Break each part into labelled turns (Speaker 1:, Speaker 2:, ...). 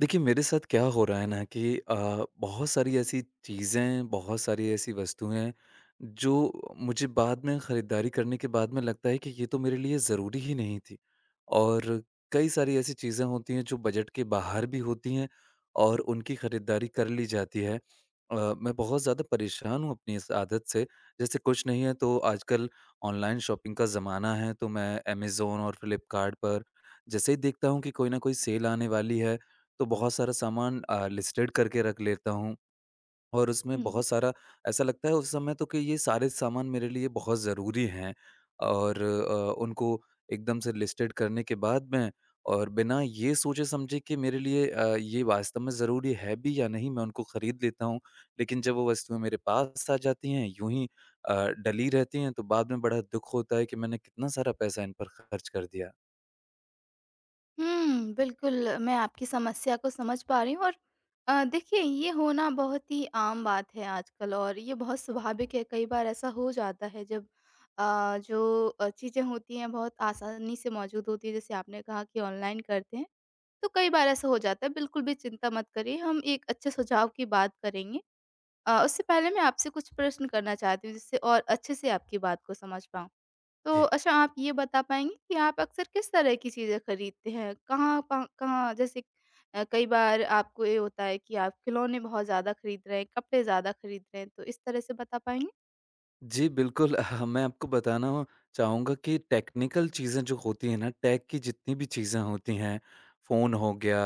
Speaker 1: देखिए, मेरे साथ क्या हो रहा है ना कि बहुत सारी ऐसी चीज़ें, बहुत सारी ऐसी वस्तुएँ जो मुझे बाद में खरीदारी करने के बाद में लगता है कि ये तो मेरे लिए ज़रूरी ही नहीं थी। और कई सारी ऐसी चीज़ें होती हैं जो बजट के बाहर भी होती हैं और उनकी खरीदारी कर ली जाती है। मैं बहुत ज़्यादा परेशान हूँ अपनी इस आदत से। जैसे कुछ नहीं है तो आजकल ऑनलाइन शॉपिंग का ज़माना है, तो मैं अमेज़न और फ्लिपकार्ट पर जैसे ही देखता हूँ कि कोई ना कोई सेल आने वाली है तो बहुत सारा सामान लिस्टेड करके रख लेता हूँ और उसमें
Speaker 2: हुँ।
Speaker 1: बहुत सारा ऐसा लगता है उस समय तो कि ये सारे सामान मेरे लिए बहुत ज़रूरी हैं, और उनको एकदम से लिस्टेड करने के बाद मैं, और बिना ये सोचे समझे कि मेरे लिए ये वास्तव में ज़रूरी है भी या नहीं, मैं उनको ख़रीद लेता हूँ। लेकिन जब वो वस्तुएं मेरे पास आ जाती हैं यूं ही डली रहती हैं तो बाद में बड़ा दुख होता है कि मैंने कितना सारा पैसा इन पर खर्च कर दिया।
Speaker 2: हुँ, बिल्कुल मैं आपकी समस्या को समझ पा रही हूँ। और देखिए, ये होना बहुत ही आम बात है आजकल, और ये बहुत स्वाभाविक है। कई बार ऐसा हो जाता है, जब जो चीज़ें होती हैं बहुत आसानी से मौजूद होती हैं, जैसे आपने कहा कि ऑनलाइन करते हैं, तो कई बार ऐसा हो जाता है। बिल्कुल भी चिंता मत करिए, हम एक अच्छे सुझाव की बात करेंगे। उससे पहले मैं आपसे कुछ प्रश्न करना चाहती हूँ, जिससे और अच्छे से आपकी बात को समझ पाऊँ। तो
Speaker 1: जी।
Speaker 2: अच्छा, आप ये बता पाएँगे कि आप अक्सर किस तरह की चीज़ें खरीदते हैं? कहाँ, जैसे कई बार आपको ये होता है कि आप खिलौने बहुत ज़्यादा खरीद रहे हैं, कपड़े ज़्यादा खरीद रहे हैं, तो इस तरह से बता पाएँगे?
Speaker 1: जी, बिल्कुल। मैं आपको बताना चाहूँगा कि टेक्निकल चीज़ें जो होती हैं ना, टेक की जितनी भी चीज़ें होती हैं, फ़ोन हो गया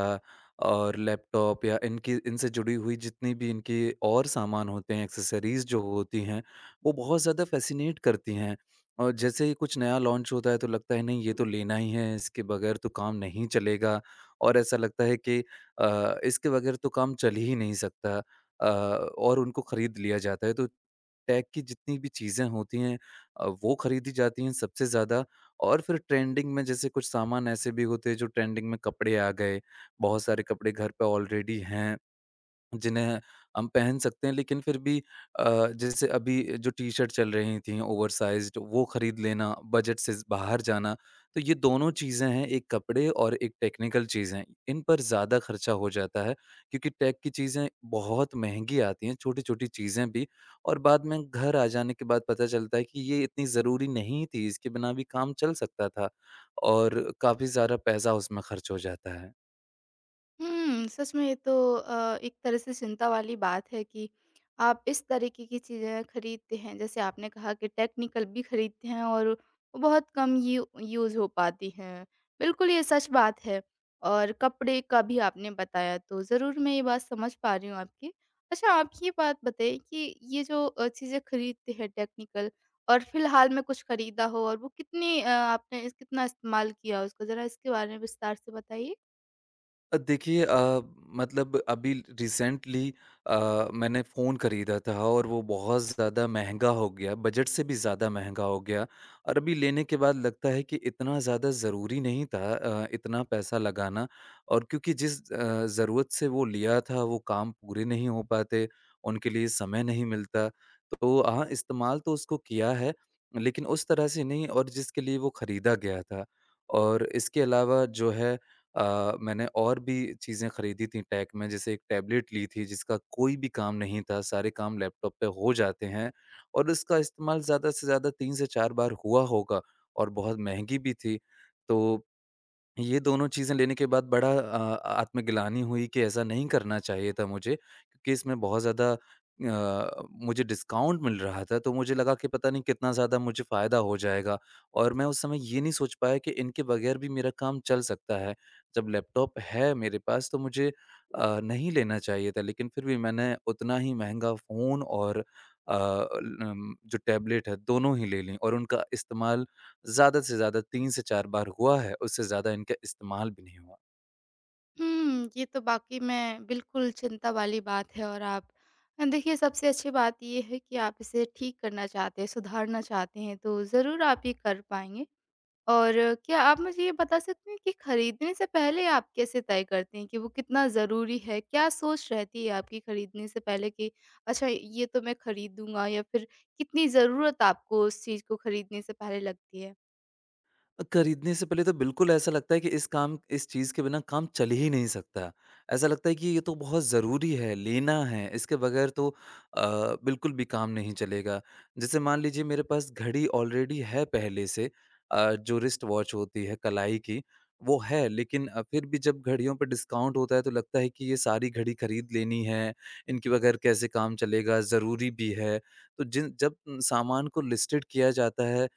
Speaker 1: और लैपटॉप, या इनकी इनसे जुड़ी हुई जितनी भी इनकी और सामान होते हैं, एक्सेसरीज़ जो होती हैं, वो बहुत ज़्यादा फ़ैसिनेट करती हैं। और जैसे ही कुछ नया लॉन्च होता है, तो लगता है नहीं, ये तो लेना ही है, इसके बगैर तो काम नहीं चलेगा, और ऐसा लगता है कि इसके बगैर तो काम चल ही नहीं सकता, और उनको खरीद लिया जाता है। तो टेक की जितनी भी चीज़ें होती हैं वो खरीदी जाती हैं सबसे ज़्यादा, और फिर ट्रेंडिंग में जैसे कुछ सामान ऐसे भी होते हैं, जो ट्रेंडिंग में कपड़े आ गए, बहुत सारे कपड़े घर पे ऑलरेडी हैं। जिन्हें हम पहन सकते हैं, लेकिन फिर भी अ, जैसे अभी जो टी-शर्ट चल रही थी ओवरसाइज़्ड, वो खरीद लेना, बजट से बाहर जाना, तो ये दोनों चीज़ें हैं, एक कपड़े और एक टेक्निकल चीज़ें। इन पर ज़्यादा खर्चा हो जाता है, क्योंकि टेक की चीज़ें बहुत महँगी आती हैं, छोटी-छोटी चीज़ें भी, और बाद में घर आ जाने के बाद पता चलता है कि ये इतनी ज़रूरी नहीं थी, इसके बिना भी काम चल सकता था, और काफ़ी सारा पैसा उसमें खर्च हो जाता है।
Speaker 2: हुँ, सच में ये तो एक तरह से चिंता वाली बात है कि आप इस तरीके की चीज़ें खरीदते हैं। जैसे आपने कहा कि टेक्निकल भी खरीदते हैं, और वो बहुत कम यू यूज़ हो पाती हैं। बिल्कुल, ये सच बात है। और कपड़े का भी आपने बताया, तो ज़रूर मैं ये बात समझ पा रही हूँ आपकी। अच्छा, आप ये बात बताइए कि ये जो चीज़ें खरीदते हैं टेक्निकल, और फिलहाल में कुछ खरीदा हो, और वो कितनी आपने इस कितना इस्तेमाल किया उसका, ज़रा इसके बारे में विस्तार से बताइए?
Speaker 1: देखिए, मतलब अभी रिसेंटली अ, मैंने फ़ोन खरीदा था और वो बहुत ज़्यादा महँगा हो गया, बजट से भी ज़्यादा महँगा हो गया, और अभी लेने के बाद लगता है कि इतना ज़्यादा ज़रूरी नहीं था इतना पैसा लगाना, और क्योंकि जिस ज़रूरत से वो लिया था, वो काम पूरे नहीं हो पाते, उनके लिए समय नहीं मिलता। तो हाँ, इस्तेमाल तो उसको किया है, लेकिन उस तरह से नहीं और जिसके लिए वो खरीदा गया था। और इसके अलावा जो है, मैंने और भी चीज़ें खरीदी थी टेक में, जैसे एक टैबलेट ली थी जिसका कोई भी काम नहीं था, सारे काम लैपटॉप पे हो जाते हैं, और उसका इस्तेमाल ज़्यादा से ज़्यादा 3 से 4 बार हुआ होगा, और बहुत महँगी भी थी। तो ये दोनों चीज़ें लेने के बाद बड़ा आत्मग्लानि हुई कि ऐसा नहीं करना चाहिए था मुझे, क्योंकि इसमें बहुत ज़्यादा मुझे डिस्काउंट मिल रहा था, तो मुझे लगा कि पता नहीं कितना ज़्यादा मुझे फ़ायदा हो जाएगा, और मैं उस समय ये नहीं सोच पाया कि इनके बगैर भी मेरा काम चल सकता है। जब लैपटॉप है मेरे पास तो मुझे नहीं लेना चाहिए था, लेकिन फिर भी मैंने उतना ही महँगा फ़ोन और जो टैबलेट है, दोनों ही ले लीं, और उनका इस्तेमाल ज़्यादा से ज़्यादा 3 से 4 बार हुआ है, उससे ज़्यादा इनका इस्तेमाल भी नहीं हुआ।
Speaker 2: हुँ, ये तो वाक़ई में बिल्कुल चिंता वाली बात है। और आप देखिए, सबसे अच्छी बात ये है कि आप इसे ठीक करना चाहते हैं, सुधारना चाहते हैं, तो ज़रूर आप ये कर पाएँगे। और क्या आप मुझे ये बता सकते हैं कि खरीदने से पहले आप कैसे तय करते हैं कि वो कितना ज़रूरी है? क्या सोच रहती है आपकी खरीदने से पहले कि अच्छा ये तो मैं खरीदूँगा, या फिर कितनी ज़रूरत आपको उस चीज़ को खरीदने से पहले लगती है?
Speaker 1: खरीदने से पहले तो बिल्कुल ऐसा लगता है कि इस चीज़ के बिना काम चल ही नहीं सकता। ऐसा लगता है कि ये तो बहुत ज़रूरी है, लेना है, इसके बगैर तो अ, बिल्कुल भी काम नहीं चलेगा। जैसे मान लीजिए मेरे पास घड़ी ऑलरेडी है पहले से, जो रिस्ट वॉच होती है कलाई की, वो है, लेकिन फिर भी जब घड़ियों पे डिस्काउंट होता है तो लगता है कि ये सारी घड़ी खरीद लेनी है, इनके बगैर कैसे काम चलेगा, ज़रूरी भी है। तो जिन जब सामान को लिस्टेड किया जाता है,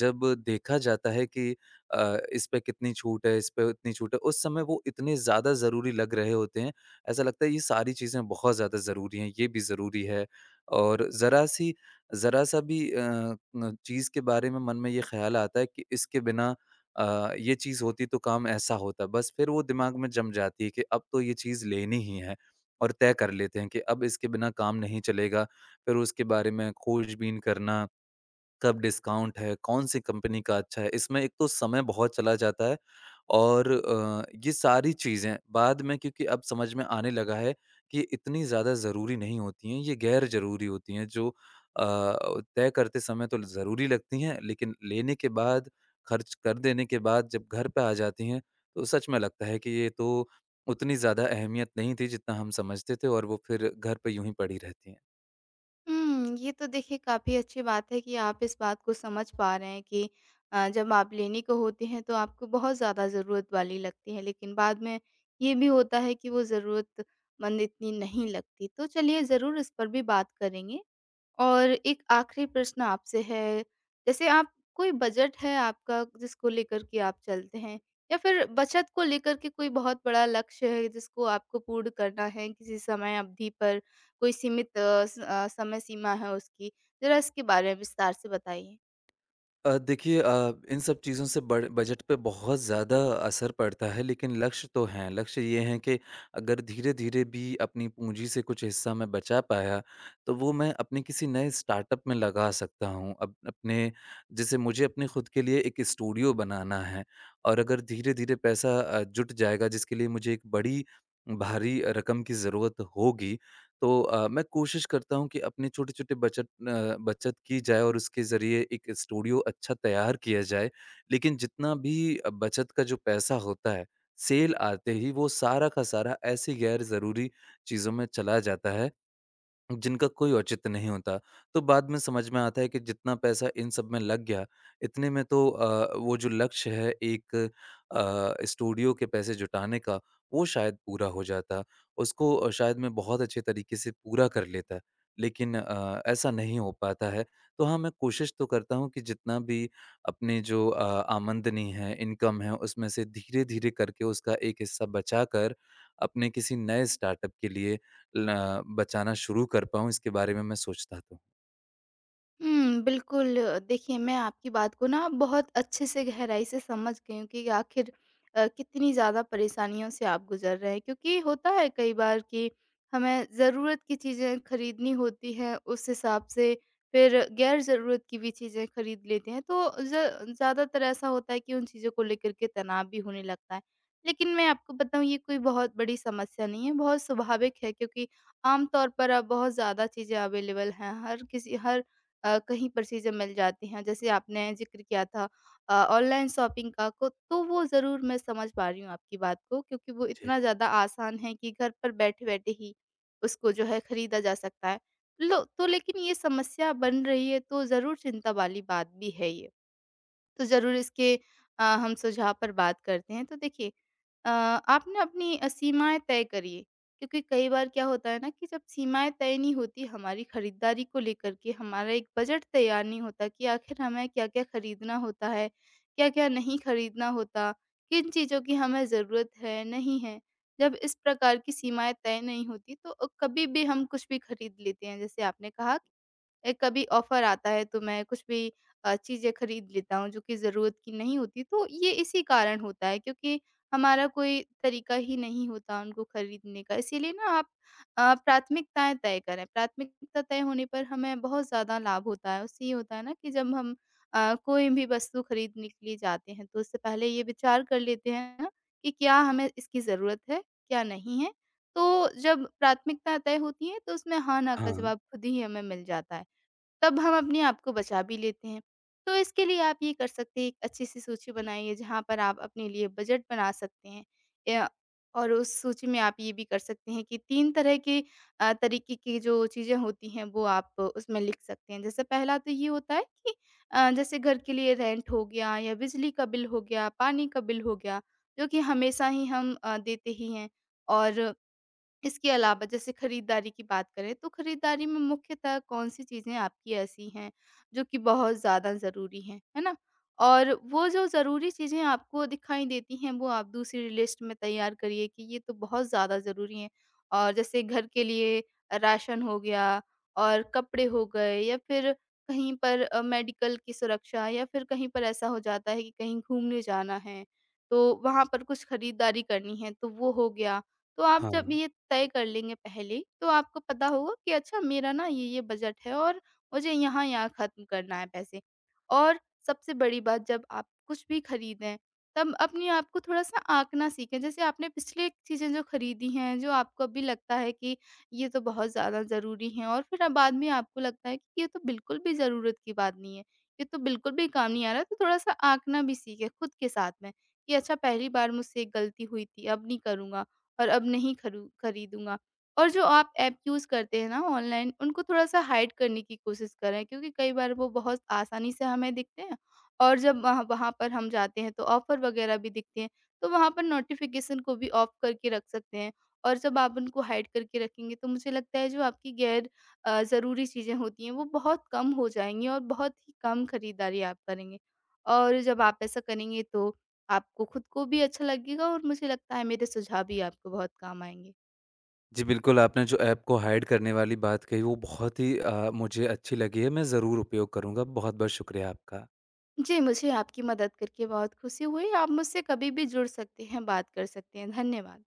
Speaker 1: जब देखा जाता है कि इस पे कितनी छूट है, इस पे इतनी छूट है, उस समय वो इतने ज़्यादा ज़रूरी लग रहे होते हैं, ऐसा लगता है ये सारी चीज़ें बहुत ज़्यादा ज़रूरी हैं, ये भी ज़रूरी है, और ज़रा-सी ज़रा-सा भी अ, न चीज़ के बारे में मन में ये ख़्याल आता है कि इसके बिना ये चीज़ होती तो काम ऐसा होता। बस फिर वो दिमाग में जम जाती है कि अब तो ये चीज़ लेनी ही है, और तय कर लेते हैं कि अब इसके बिना काम नहीं चलेगा। फिर उसके बारे में खोजबीन करना, कब डिस्काउंट है, कौन-सी कंपनी का अच्छा है, इसमें एक तो समय बहुत चला जाता है, और ये सारी चीज़ें बाद में, क्योंकि अब समझ में आने लगा है कि इतनी ज़्यादा ज़रूरी नहीं होती हैं, ये गैर ज़रूरी होती हैं, जो अ, तय करते समय तो ज़रूरी लगती हैं, लेकिन लेने के बाद, खर्च कर देने के बाद जब घर पे आ जाती हैं, तो सच में लगता है कि ये तो उतनी ज़्यादा अहमियत नहीं थी जितना हम समझते थे, और वो फिर घर पे यूँ ही पड़ी रहती हैं।
Speaker 2: हुँ, ये तो देखिए काफ़ी अच्छी बात है कि आप इस बात को समझ पा रहे हैं कि जब आप लेने को होती हैं तो आपको बहुत ज़्यादा ज़रूरत वाली लगती है, लेकिन बाद में ये भी होता है कि वो ज़रूरतमंद इतनी नहीं लगती। तो चलिए, ज़रूर इस पर भी बात करेंगे। और एक आखिरी प्रश्न आपसे है, जैसे आप, कोई बजट है आपका जिसको लेकर के आप चलते हैं? या फिर बचत को लेकर के कोई बहुत बड़ा लक्ष्य है जिसको आपको पूर्ण करना है किसी समय अवधि पर, कोई सीमित समय सीमा है उसकी? ज़रा इसके बारे में विस्तार से बताइए।
Speaker 1: देखिए, इन सब चीज़ों से बड़ बजट पे बहुत ज़्यादा असर पड़ता है, लेकिन लक्ष्य तो हैं। लक्ष्य ये हैं कि अगर धीरे-धीरे भी अपनी पूँजी से कुछ हिस्सा मैं बचा पाया, तो वो मैं अपने किसी नए स्टार्टअप में लगा सकता हूँ। अप अपने, जैसे मुझे अपने खुद के लिए एक स्टूडियो बनाना है, और अगर धीरे-धीरे पैसा जुट जाएगा, जिसके लिए मुझे एक बड़ी भारी रकम की ज़रूरत होगी, तो मैं कोशिश करता हूँ कि अपने छोटे-छोटे बचत की जाए और उसके ज़रिए एक स्टूडियो अच्छा तैयार किया जाए। लेकिन जितना भी बचत का जो पैसा होता है, सेल आते ही वो सारा का सारा ऐसी गैर ज़रूरी चीज़ों में चला जाता है, जिनका कोई औचित्य नहीं होता। तो बाद में समझ में आता है कि जितना पैसा इन सब में लग गया, इतने में तो वो जो लक्ष्य है, एक स्टूडियो के पैसे जुटाने का, वो शायद पूरा हो जाता। उसको शायद मैं बहुत अच्छे तरीके से पूरा कर लेता। लेकिन ऐसा नहीं हो पाता है। तो हाँ, मैं कोशिश तो करता हूँ कि जितना भी अपने जो आमदनी है, इनकम है, उसमें से धीरे-धीरे करके उसका एक हिस्सा बचाकर अपने किसी नए स्टार्टअप के लिए ल बचाना शुरू कर पाऊँ, इसके बारे में मैं सोचता तो हूँ।
Speaker 2: हुँ, बिल्कुल। देखिए, मैं आपकी बात को ना बहुत अच्छे से गहराई से समझ गई हूँ कि आखिर कितनी ज़्यादा परेशानियों से आप गुज़र रहे हैं। क्योंकि होता है कई बार कि हमें ज़रूरत की चीज़ें खरीदनी होती हैं, उस हिसाब से फिर गैर ज़रूरत की भी चीज़ें खरीद लेते हैं। तो ज़ ज़्यादातर ऐसा होता है कि उन चीज़ों को लेकर के तनाव भी होने लगता है। लेकिन मैं आपको बताऊँ, ये कोई बहुत बड़ी समस्या नहीं है, बहुत स्वाभाविक है। क्योंकि आम तौर पर अब बहुत ज़्यादा चीज़ें अवेलेबल हैं। हर कहीं पर चीज़ें मिल जाती हैं। जैसे आपने ज़िक्र किया था ऑनलाइन शॉपिंग का को, तो वो ज़रूर मैं समझ पा रही हूँ आपकी बात को, क्योंकि वो
Speaker 1: जी।
Speaker 2: इतना ज़्यादा आसान है कि घर पर बैठे-बैठे ही उसको जो है खरीदा जा सकता है। लो तो, लेकिन ये समस्या बन रही है तो ज़रूर चिंता वाली बात भी है ये। तो ज़रूर इसके हम सुझाव पर बात करते हैं। तो देखिए, आप ना अपनी सीमाएँ तय करिए, क्योंकि कई बार क्या होता है ना कि जब सीमाएँ तय नहीं होती हमारी खरीदारी को लेकर के, हमारा एक बजट तैयार नहीं होता कि आखिर हमें क्या-क्या खरीदना होता है, क्या-क्या नहीं खरीदना होता, किन चीज़ों की हमें ज़रूरत है, नहीं है। जब इस प्रकार की सीमाएँ तय नहीं होती, तो कभी भी हम कुछ भी खरीद लेते हैं। जैसे आपने कहा, कभी ऑफर आता है तो मैं कुछ भी चीज़ें खरीद लेता हूँ, जो कि ज़रूरत की नहीं होती। तो ये इसी कारण होता है, क्योंकि हमारा कोई तरीका ही नहीं होता उनको खरीदने का। इसीलिए ना आप प्राथमिकताएँ तय करें। प्राथमिकता तय होने पर हमें बहुत ज़्यादा लाभ होता है। उससे ये होता है ना कि जब हम कोई भी वस्तु खरीदने के लिए जाते हैं, तो उससे पहले ये विचार कर लेते हैं ना कि क्या हमें इसकी ज़रूरत है, क्या नहीं है। तो जब प्राथमिकता तय होती है, तो उसमें हाँ, ना का
Speaker 1: हाँ,
Speaker 2: जवाब खुद ही हमें मिल जाता है। तब हम अपने आप को बचा भी लेते हैं। तो इसके लिए आप ये कर सकते हैं, एक अच्छी-सी सूची बनाइए जहाँ पर आप अपने लिए बजट बना सकते हैं। या और उस सूची में आप ये भी कर सकते हैं कि 3 तरह के तरीके की जो चीज़ें होती हैं, वो आप उसमें लिख सकते हैं। जैसे पहला तो ये होता है कि जैसे घर के लिए रेंट हो गया, या बिजली का बिल हो गया, पानी का बिल हो गया, जो कि हमेशा ही हम देते ही हैं। और इसके अलावा जैसे खरीदारी की बात करें, तो खरीदारी में मुख्यतः कौन सी चीज़ें आपकी ऐसी हैं जो कि बहुत ज़्यादा ज़रूरी हैं, है ना? और वो जो ज़रूरी चीज़ें आपको दिखाई देती हैं, वो आप दूसरी लिस्ट में तैयार करिए कि ये तो बहुत ज़्यादा ज़रूरी हैं। और जैसे घर के लिए राशन हो गया, और कपड़े हो गए, या फिर कहीं पर मेडिकल की सुरक्षा, या फिर कहीं पर ऐसा हो जाता है कि कहीं घूमने जाना है, तो वहाँ पर कुछ खरीदारी करनी है, तो वो हो गया। तो आप
Speaker 1: हाँ।
Speaker 2: जब ये तय कर लेंगे पहले, तो आपको पता होगा कि अच्छा मेरा ना ये-ये बजट है, और मुझे यहाँ-यहाँ ख़त्म करना है पैसे। और सबसे बड़ी बात, जब आप कुछ भी खरीदें, तब अपने आप को थोड़ा-सा आँकना सीखें। जैसे आपने पिछले चीज़ें जो खरीदी हैं, जो आपको अभी लगता है कि ये तो बहुत ज़्यादा ज़रूरी हैं, और फिर अब बाद में आपको लगता है कि ये तो बिल्कुल भी ज़रूरत की बात नहीं है, ये तो बिल्कुल भी काम नहीं आ रहा, तो थोड़ा-सा आँकना भी सीखें खुद के साथ में कि अच्छा पहली बार मुझसे ये गलती हुई थी, अब नहीं करूँगा। और अब नहीं खरू खरीदूँगा। और जो आप ऐप यूज़ करते हैं ना ऑनलाइन, उनको थोड़ा-सा हाइड करने की कोशिश करें, क्योंकि कई बार वो बहुत आसानी से हमें दिखते हैं, और जब वहाँ वहाँ पर हम जाते हैं तो ऑफ़र वग़ैरह भी दिखते हैं, तो वहाँ पर नोटिफ़िकेशन को भी ऑफ करके रख सकते हैं। और जब आप उनको हाइड करके रखेंगे, तो मुझे लगता है जो आपकी गैर ज़रूरी चीज़ें होती हैं वो बहुत कम हो जाएँगी, और बहुत ही कम खरीदारी आप करेंगे। और जब आप ऐसा करेंगे, तो आपको खुद को भी अच्छा लगेगा, और मुझे लगता है मेरे सुझाव भी आपको बहुत काम आएँगे।
Speaker 1: जी, बिल्कुल, आपने जो ऐप को हाइड करने वाली बात कही वो बहुत ही मुझे अच्छी लगी है, मैं ज़रूर उपयोग करूँगा। बहुत-बहुत शुक्रिया आपका।
Speaker 2: जी, मुझे आपकी मदद करके बहुत खुशी हुई। आप मुझसे कभी भी जुड़ सकते हैं, बात कर सकते हैं। धन्यवाद।